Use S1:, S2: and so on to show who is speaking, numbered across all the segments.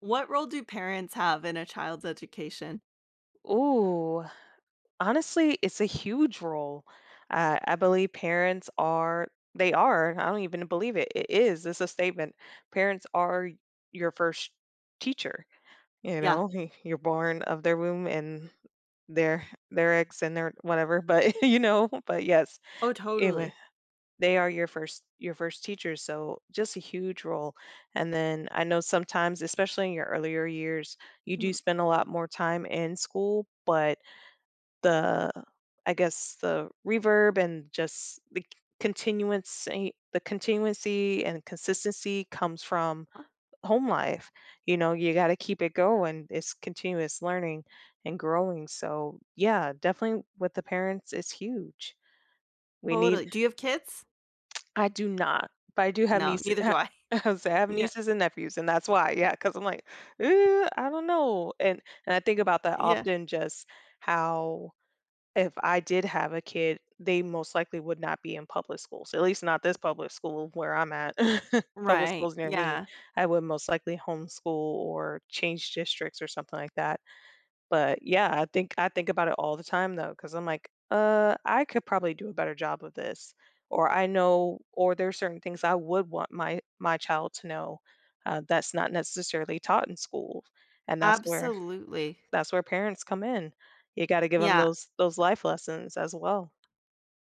S1: What role do parents have in a child's education?
S2: Ooh, honestly, it's a huge role. I believe parents, I don't even believe it. It is, it's a statement. Parents are your first teacher, you
S1: Yeah.
S2: know, you're born of their womb and their their eggs and their whatever, but you know, but yes,
S1: Oh,
S2: anyway,
S1: totally.
S2: they are your first teachers, so just a huge role. And then I know sometimes, especially in your earlier years, you do
S1: Mhm.
S2: spend a lot more time in school. But the I guess the reverb and just the continuancy and consistency comes from
S1: Uh,
S2: home life. You know, you got to keep it going. It's continuous learning and growing. So, yeah, definitely with the parents is huge. We need
S1: Totally. Do you have kids?
S2: I do not, but I do have
S1: No,
S2: nieces.
S1: neither do I.
S2: I have
S1: Yeah.
S2: nieces and nephews, and that's why, yeah, because I'm like, I don't know," and I think about that
S1: Yeah.
S2: often. Just how, if I did have a kid, they most likely would not be in public schools, at least not this public school where I'm at. Public
S1: Right.
S2: schools near me,
S1: Yeah.
S2: I would most likely homeschool or change districts or something like that. But yeah, I think about it all the time though, because I'm like, I could probably do a better job of this, or I know, or there's certain things I would want my child to know, that's not necessarily taught in school. And that's where
S1: Absolutely.
S2: that's where parents come in. You gotta give them
S1: Yeah.
S2: those life lessons as well.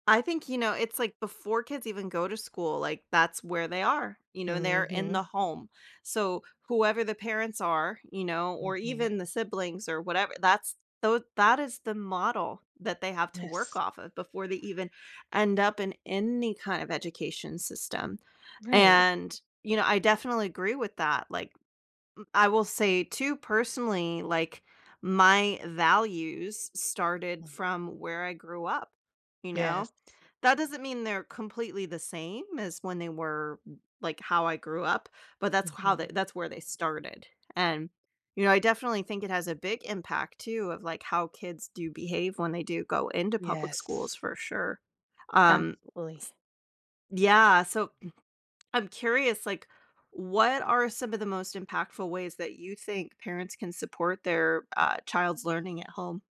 S1: I think, it's like before kids even go to school, like that's where they are. They're in
S2: Mhm.
S1: the home. So whoever the parents are, or
S2: Mhm.
S1: even the siblings or whatever, that is the model that they have to work
S2: Yes.
S1: off of before they even end up in any kind of education system.
S2: Right.
S1: And I definitely agree with that. Like I will say too personally, like my values started
S2: Mm.
S1: from where I grew up, you know?
S2: Yes.
S1: That doesn't mean they're completely the same as when they were like how I grew up, but
S2: Mhm.
S1: that's where they started. And I definitely think it has a big impact too of like how kids do behave when they do go into public schools
S2: Yes.
S1: for sure. Um
S2: Absolutely.
S1: yeah, so I'm curious, like, what are some of the most impactful ways that you think parents can support their child's learning at home?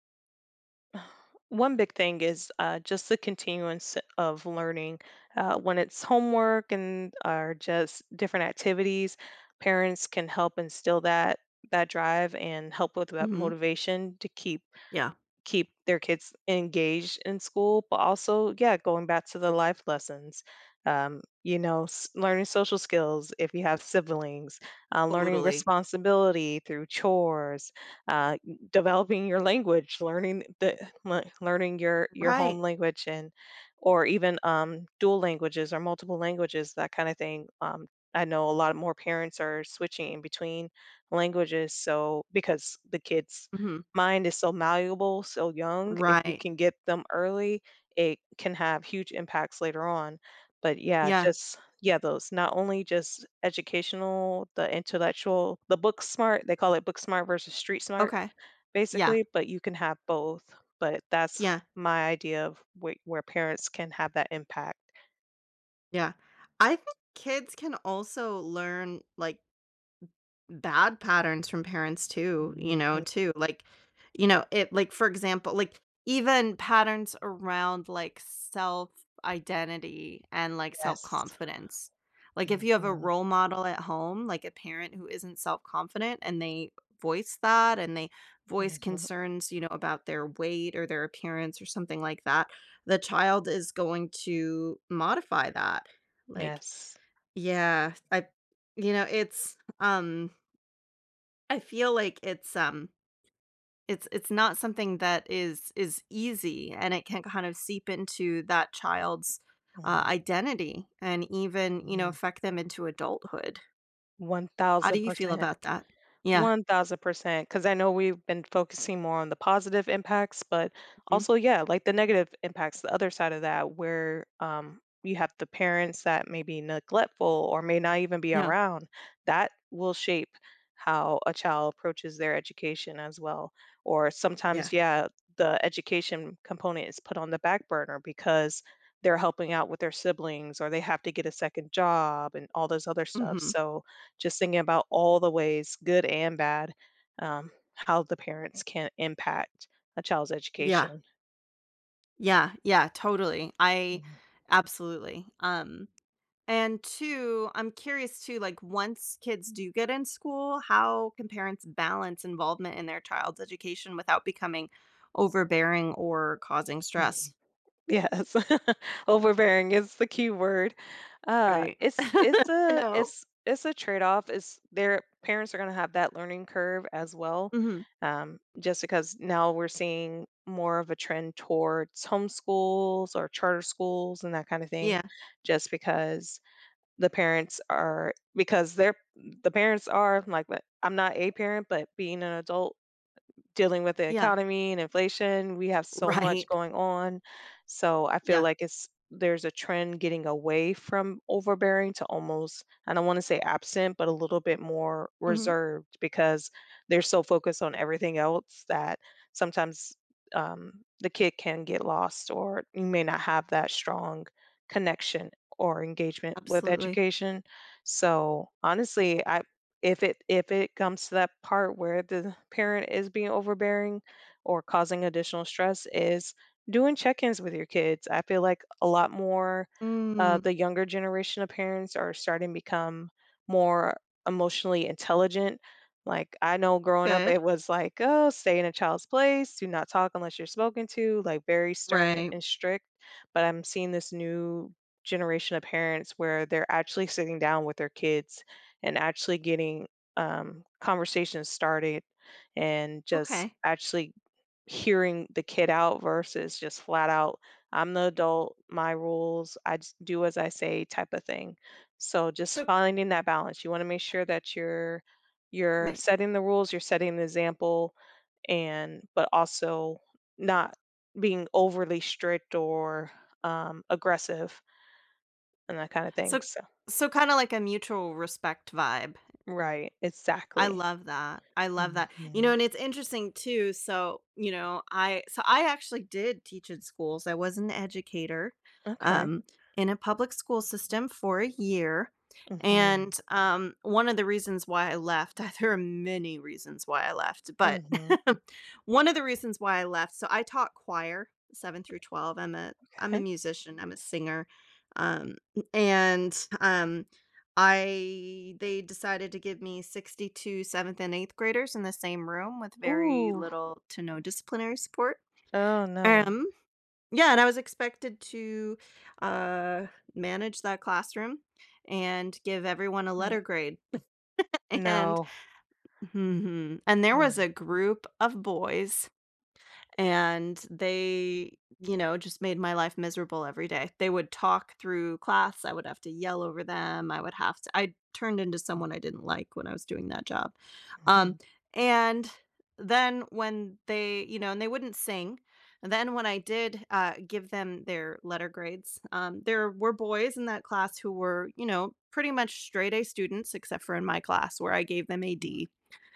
S2: One big thing is, just the continuance of learning, when it's homework and or just different activities, parents can help instill that drive and help with that
S1: Hmm.
S2: motivation to keep
S1: Yeah,
S2: keep their kids engaged in school. But also, yeah, going back to the life lessons, you know, learning social skills if you have siblings, learning
S1: totally.
S2: responsibility through chores, uh, developing your language, learning the learning your home
S1: Right.
S2: language, and or even dual languages or multiple languages, that kind of thing. I know a lot more parents are switching in between languages, so because the kids
S1: Hmm.
S2: mind is so malleable, so young, if you
S1: Right.
S2: can get them early, it can have huge impacts later on. But yeah,
S1: Yeah.
S2: just yeah, those, not only just educational, the intellectual, the book smart, they call it book smart versus street smart
S1: Okay. Yeah.
S2: basically, but you can have both. But that's
S1: Yeah.
S2: my idea of where parents can have that impact.
S1: Yeah. I think kids can also learn like bad patterns from parents too,
S2: Hmm.
S1: too, like, it like, for example, like, even patterns around, like, self-identity and, like,
S2: Yes.
S1: self-confidence. Like, if you have a
S2: Hmm.
S1: role model at home, like a parent who isn't self-confident and they voice that and they voice
S2: Hmm.
S1: concerns, about their weight or their appearance or something like that, the child is going to modify that. Like,
S2: Yes.
S1: yeah, I it's, I feel like it's, it's not something that is easy, and it can kind of seep into that child's, identity and even,
S2: Hmm.
S1: affect them into adulthood. How do you feel
S2: 1,000%.
S1: about that? Yeah.
S2: 1,000%. Because I know we've been focusing more on the positive impacts, but
S1: Mhm.
S2: also, yeah, like the negative impacts, the other side of that, where you have the parents that may be neglectful or may not even be
S1: Yeah.
S2: around, that will shape how a child approaches their education as well. Or
S1: Yeah.
S2: sometimes, yeah, the education component is put on the back burner because they're helping out with their siblings, or they have to get a second job and all those other stuff.
S1: Mhm.
S2: So, just thinking about all the ways, good and bad, how the parents can impact a child's
S1: Yeah.
S2: education.
S1: Yeah, yeah, totally. I
S2: Mhm,
S1: absolutely. And two, I'm curious too, like, once kids do get in school, how can parents balance involvement in their child's education without becoming overbearing or causing stress?
S2: mhm. Yes, overbearing is the key word.
S1: Right.
S2: It's it's
S1: I
S2: a
S1: know.
S2: it's it's a trade-off. Is their parents are going to have that learning curve as well,
S1: Mhm.
S2: just because now we're seeing more of a trend towards homeschools or charter schools and that kind of thing,
S1: Yeah.
S2: just because the parents are because they're the parents are like, but I'm not a parent, but being an adult dealing with the
S1: Yeah.
S2: economy and inflation. We have so much
S1: Right.
S2: going on. So I feel
S1: Yeah.
S2: like it's there's a trend getting away from overbearing to almost, I don't want to say absent, but a little bit more
S1: Mhm.
S2: reserved because they're so focused on everything else that sometimes the kid can get lost, or you may not have that strong connection or engagement with
S1: Absolutely.
S2: education. So honestly, I, if it comes to that part where the parent is being overbearing or causing additional stress, is doing check-ins with your kids. I feel like a lot more
S1: Mm.
S2: the younger generation of parents are starting to become more emotionally intelligent. Like I know growing up
S1: Good.
S2: it was like, oh, stay in a child's place, do not talk unless you're spoken to, like very stern
S1: Right.
S2: and strict. But I'm seeing this new generation of parents where they're actually sitting down with their kids and actually getting conversations started and just
S1: Okay.
S2: actually hearing the kid out versus just flat out, I'm the adult, my rules, I just do as I say, type of thing. So just
S1: So.
S2: finding that balance. You want to make sure that you're
S1: Right.
S2: setting the rules, you're setting the example, and but also not being overly strict or aggressive and that kind of thing.
S1: So
S2: So
S1: so kinda like a mutual respect vibe.
S2: right,
S1: I
S2: exactly.
S1: love that. I love that. You
S2: Hmm.
S1: know, and it's interesting too. So, I actually did teach in schools. I was an educator
S2: Okay.
S1: um, in a public school system for a year.
S2: Mhm,
S1: And one of the reasons why I left, there are many reasons why I left, but
S2: mhm,
S1: one of the reasons why I left. So I taught choir 7 through 12. I'm a
S2: okay.
S1: musician. I'm a singer, um, and um, I they decided to give me 62 seventh and 8th graders in the same room with very
S2: Ooh,
S1: little to no disciplinary support.
S2: oh, no.
S1: Um, yeah, and I was expected to uh, manage that classroom and give everyone a
S2: Mm,
S1: letter grade. And
S2: no,
S1: and there
S2: no,
S1: was
S2: mm,
S1: a group of boys, and they just made my life miserable. Every day they would talk through class. I would have to yell over them. I would have to I turned into someone I didn't like when I was doing that job. um
S2: mhm,
S1: and then when they, and they wouldn't sing. And then when I did, give them their letter grades, there were boys in that class who were, pretty much straight A students, except for in my class where I gave them a
S2: mhm.
S1: D,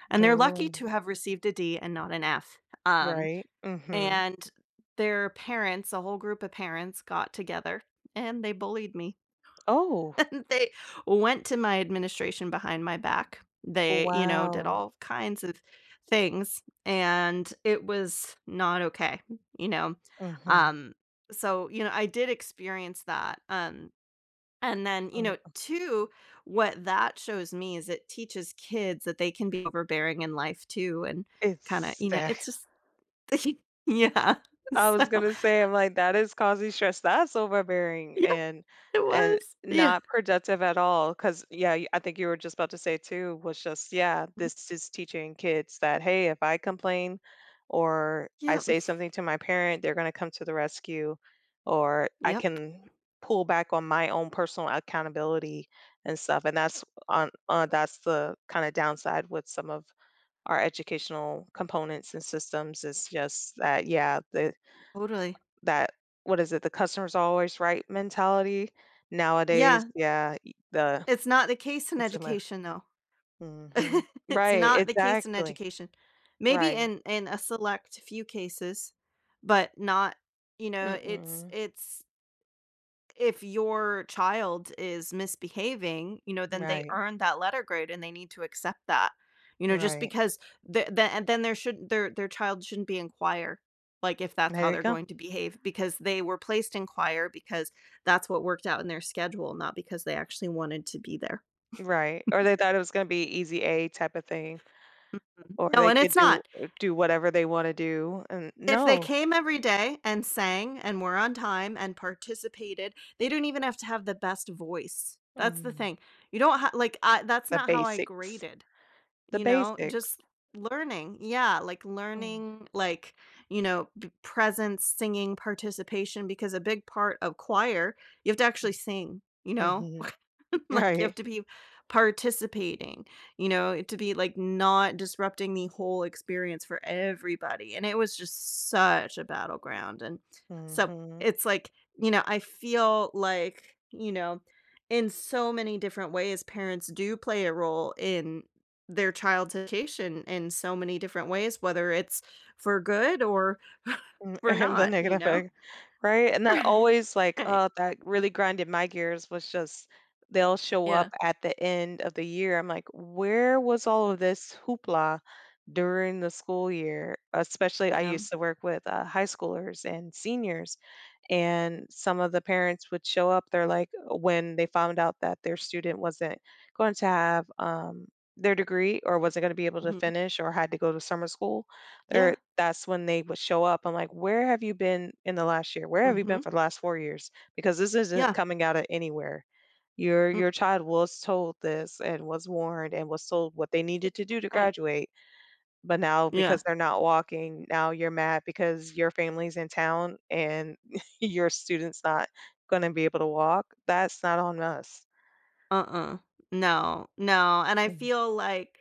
S1: and they're lucky
S2: Oh,
S1: to have received a D and not an F. um,
S2: right, mhm.
S1: and their parents, a whole group of parents, got together and they bullied me.
S2: Oh,
S1: And they went to my administration behind my back. They did
S2: wow,
S1: all kinds of things, and it was not okay, you know.
S2: mhm,
S1: Um so, I did experience that. And then,
S2: mm,
S1: two, what that shows me is it teaches kids that they can be overbearing in life too, and kind of,
S2: exac.
S1: it's just yeah.
S2: I
S1: So.
S2: was gonna say, I'm like, that is causing stress. That's overbearing
S1: Yep,
S2: and
S1: it
S2: and
S1: was. Yeah.
S2: not productive at all. Cause yeah, I think you were just about to say too, was just, yeah,
S1: Mm,
S2: this is teaching kids that, hey, if I complain or I
S1: yep,
S2: say something to my parent, they're gonna come to the rescue, or I
S1: yep,
S2: can pull back on my own personal accountability and stuff. And that's on that's the kind of downside with some of our educational components and systems, is just that yeah,
S1: totally.
S2: that, what is it? The customer's always right mentality nowadays.
S1: Yeah,
S2: Yeah, y the
S1: it's not the case in
S2: it's in my
S1: education, though.
S2: Mhm.
S1: It's
S2: Right,
S1: not the case in
S2: exactly.
S1: education. Maybe
S2: Right.
S1: in a select few cases, but not, it's
S2: Mm-mm.
S1: it's if your child is misbehaving, then they
S2: Right,
S1: earned that letter grade and they need to accept that. Just
S2: right.
S1: because the and then there should their child shouldn't be in choir, like if that's how
S2: There you
S1: they're
S2: go.
S1: going to behave, because they were placed in choir because that's what worked out in their schedule, not because they actually wanted to be there.
S2: Right, or they thought it was gonna be easy A type of thing,
S1: Mm.
S2: or
S1: No,
S2: they
S1: and
S2: could
S1: it's
S2: do
S1: not.
S2: do whatever they wanna do, and
S1: If they
S2: no.
S1: came every day and sang and were on time and participated, they don't even have to have the best voice. That's the
S2: Mm,
S1: thing. You don't have like I that's
S2: the
S1: not how I
S2: basics.
S1: graded.
S2: The basics.
S1: Just learning. Yeah, like
S2: Mhm.
S1: learning, like, presence, singing, participation, because a big part of choir, you have to actually sing, you know?
S2: Mhm.
S1: Like you have
S2: Right.
S1: to be participating, to be like not disrupting the whole experience for everybody. And it was just such a battleground. And so
S2: Mhm.
S1: it's like, I feel like, in so many different ways parents do play a role in their child's education in so many different ways, whether it's for good or for
S2: And the
S1: not, you
S2: negative,
S1: know?
S2: right? And that always like,
S1: Right.
S2: that really grinded my gears was just they'll show up
S1: Yeah.
S2: at the end of the year. I'm like, where was all of this hoopla during the school year? Especially, I
S1: Yeah.
S2: used to work with high schoolers and seniors, and some of the parents would show up, they're like, when they found out that their student wasn't going to have their degree or wasn't going to be able to
S1: Mhm.
S2: finish or had to go to summer school,
S1: Yeah.
S2: there, that's when they would show up. I'm like, where have you been in the last year? Where have you been
S1: Mhm.
S2: for the last 4 years? Because this isn't
S1: Yeah.
S2: coming out of anywhere. your
S1: Mm.
S2: your child was told this and was warned and was told what they needed to do to
S1: Right.
S2: graduate. But now
S1: Yeah.
S2: because they're not walking, now you're mad because your family's in town and your student's not gonna be able to walk. That's not on us.
S1: Uh-uh. No. No. And I
S2: Mm,
S1: feel like.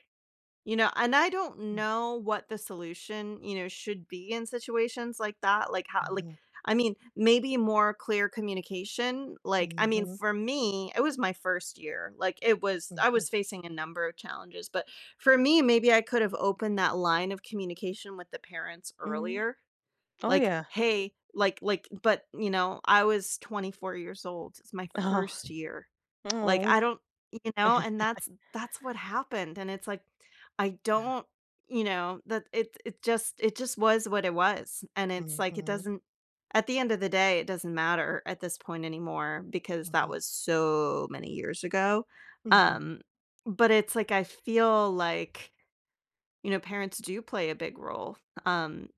S1: And I don't
S2: mm,
S1: know what the solution, should be in situations like that, like, how like,
S2: mhm,
S1: I mean, maybe more clear communication, like, I mean,
S2: mhm,
S1: for me, it was my 1st year, like, it was I
S2: mhm,
S1: was facing a number of challenges, but for me, maybe I could have opened that line of communication with the parents
S2: mhm.
S1: earlier,
S2: Oh,
S1: like,
S2: yeah.
S1: "Hey," like but, I was 24 years old, it's my
S2: Oh.
S1: 1st year. Like,
S2: Oh.
S1: I don't, and that's what happened, and it's like, I
S2: Yeah.
S1: don't, that it just was what it was, and it's like, it
S2: Mhm,
S1: doesn't at the end of the day, it doesn't matter at this point anymore because that
S2: mhm,
S1: was so many years ago, um,
S2: mhm.
S1: but it's like, I feel like, parents do play a big role, um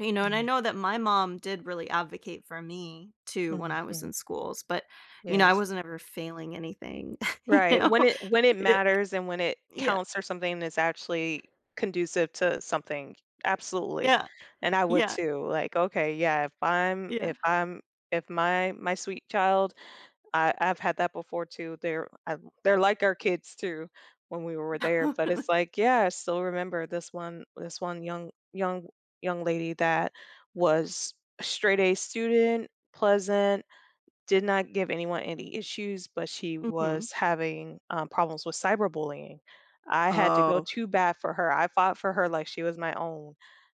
S1: and I
S2: Right.
S1: know that my mom did really advocate for me too when I was
S2: Mhm.
S1: in schools, but I
S2: Yes.
S1: wasn't ever failing anything, you
S2: Right,
S1: know?
S2: when it
S1: Yeah,
S2: matters and when it
S1: yeah,
S2: counts or something is actually conducive to something, absolutely.
S1: yeah,
S2: And I would
S1: yeah,
S2: too, like, okay, yeah,
S1: yeah,
S2: if I'm if my sweet child, I I've had that before too, they're I, they're like our kids too when we were there. But
S1: totally.
S2: it's like, yeah, I still remember this one young lady that was a straight A student, pleasant, did not give anyone any issues, but she
S1: Mhm.
S2: was having problems with cyberbullying. I had to go
S1: Oh,
S2: too bad for her. I fought for her like she was my own,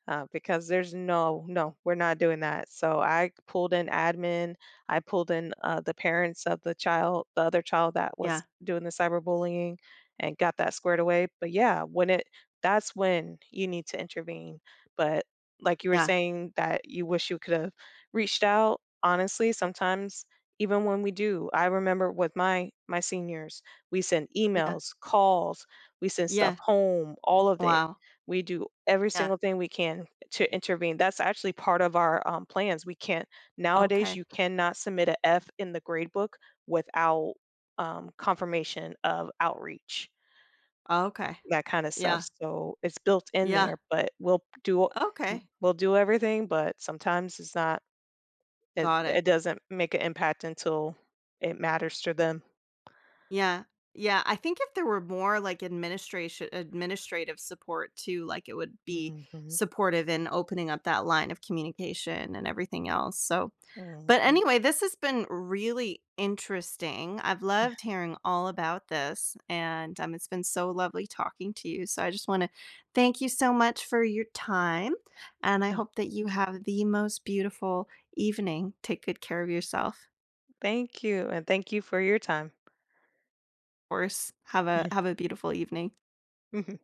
S2: because there's no, no, we're not doing that. So I pulled in admin. I pulled in the parents of the child, the other child that
S1: yeah,
S2: was doing the cyberbullying, and got that squared away. But yeah, when it, that's when you need to intervene. But like you were
S1: yeah,
S2: saying, that you wish you could have reached out, honestly, sometimes even when we do, I remember with my my seniors, we send
S1: yeah,
S2: emails, calls, we send stuff
S1: yeah.
S2: home, all of it.
S1: Wow.
S2: We do every
S1: Yeah.
S2: single thing we can to intervene. That's actually part of our plans. We can't, nowadays
S1: Okay.
S2: you cannot submit a F in the grade book without confirmation of outreach,
S1: Okay.
S2: that kind of stuff,
S1: Yeah,
S2: so it's built in
S1: yeah.
S2: there. But we'll do,
S1: Okay.
S2: we'll do everything, but sometimes it's not,
S1: Got
S2: it
S1: it.
S2: doesn't make an impact until it matters to them.
S1: Yeah. Yeah, I think if there were more like administration administrative support too, like it would be
S2: Mhm,
S1: supportive in opening up that line of communication and everything else. So, but
S2: mhm.
S1: anyway, this has been really interesting. I've loved hearing all about this and it's been so lovely talking to you. So, I just want to thank you so much for your time and I hope that you have the most beautiful evening. Take good care of yourself.
S2: Thank you, and thank you for your time.
S1: Of course, have a beautiful evening.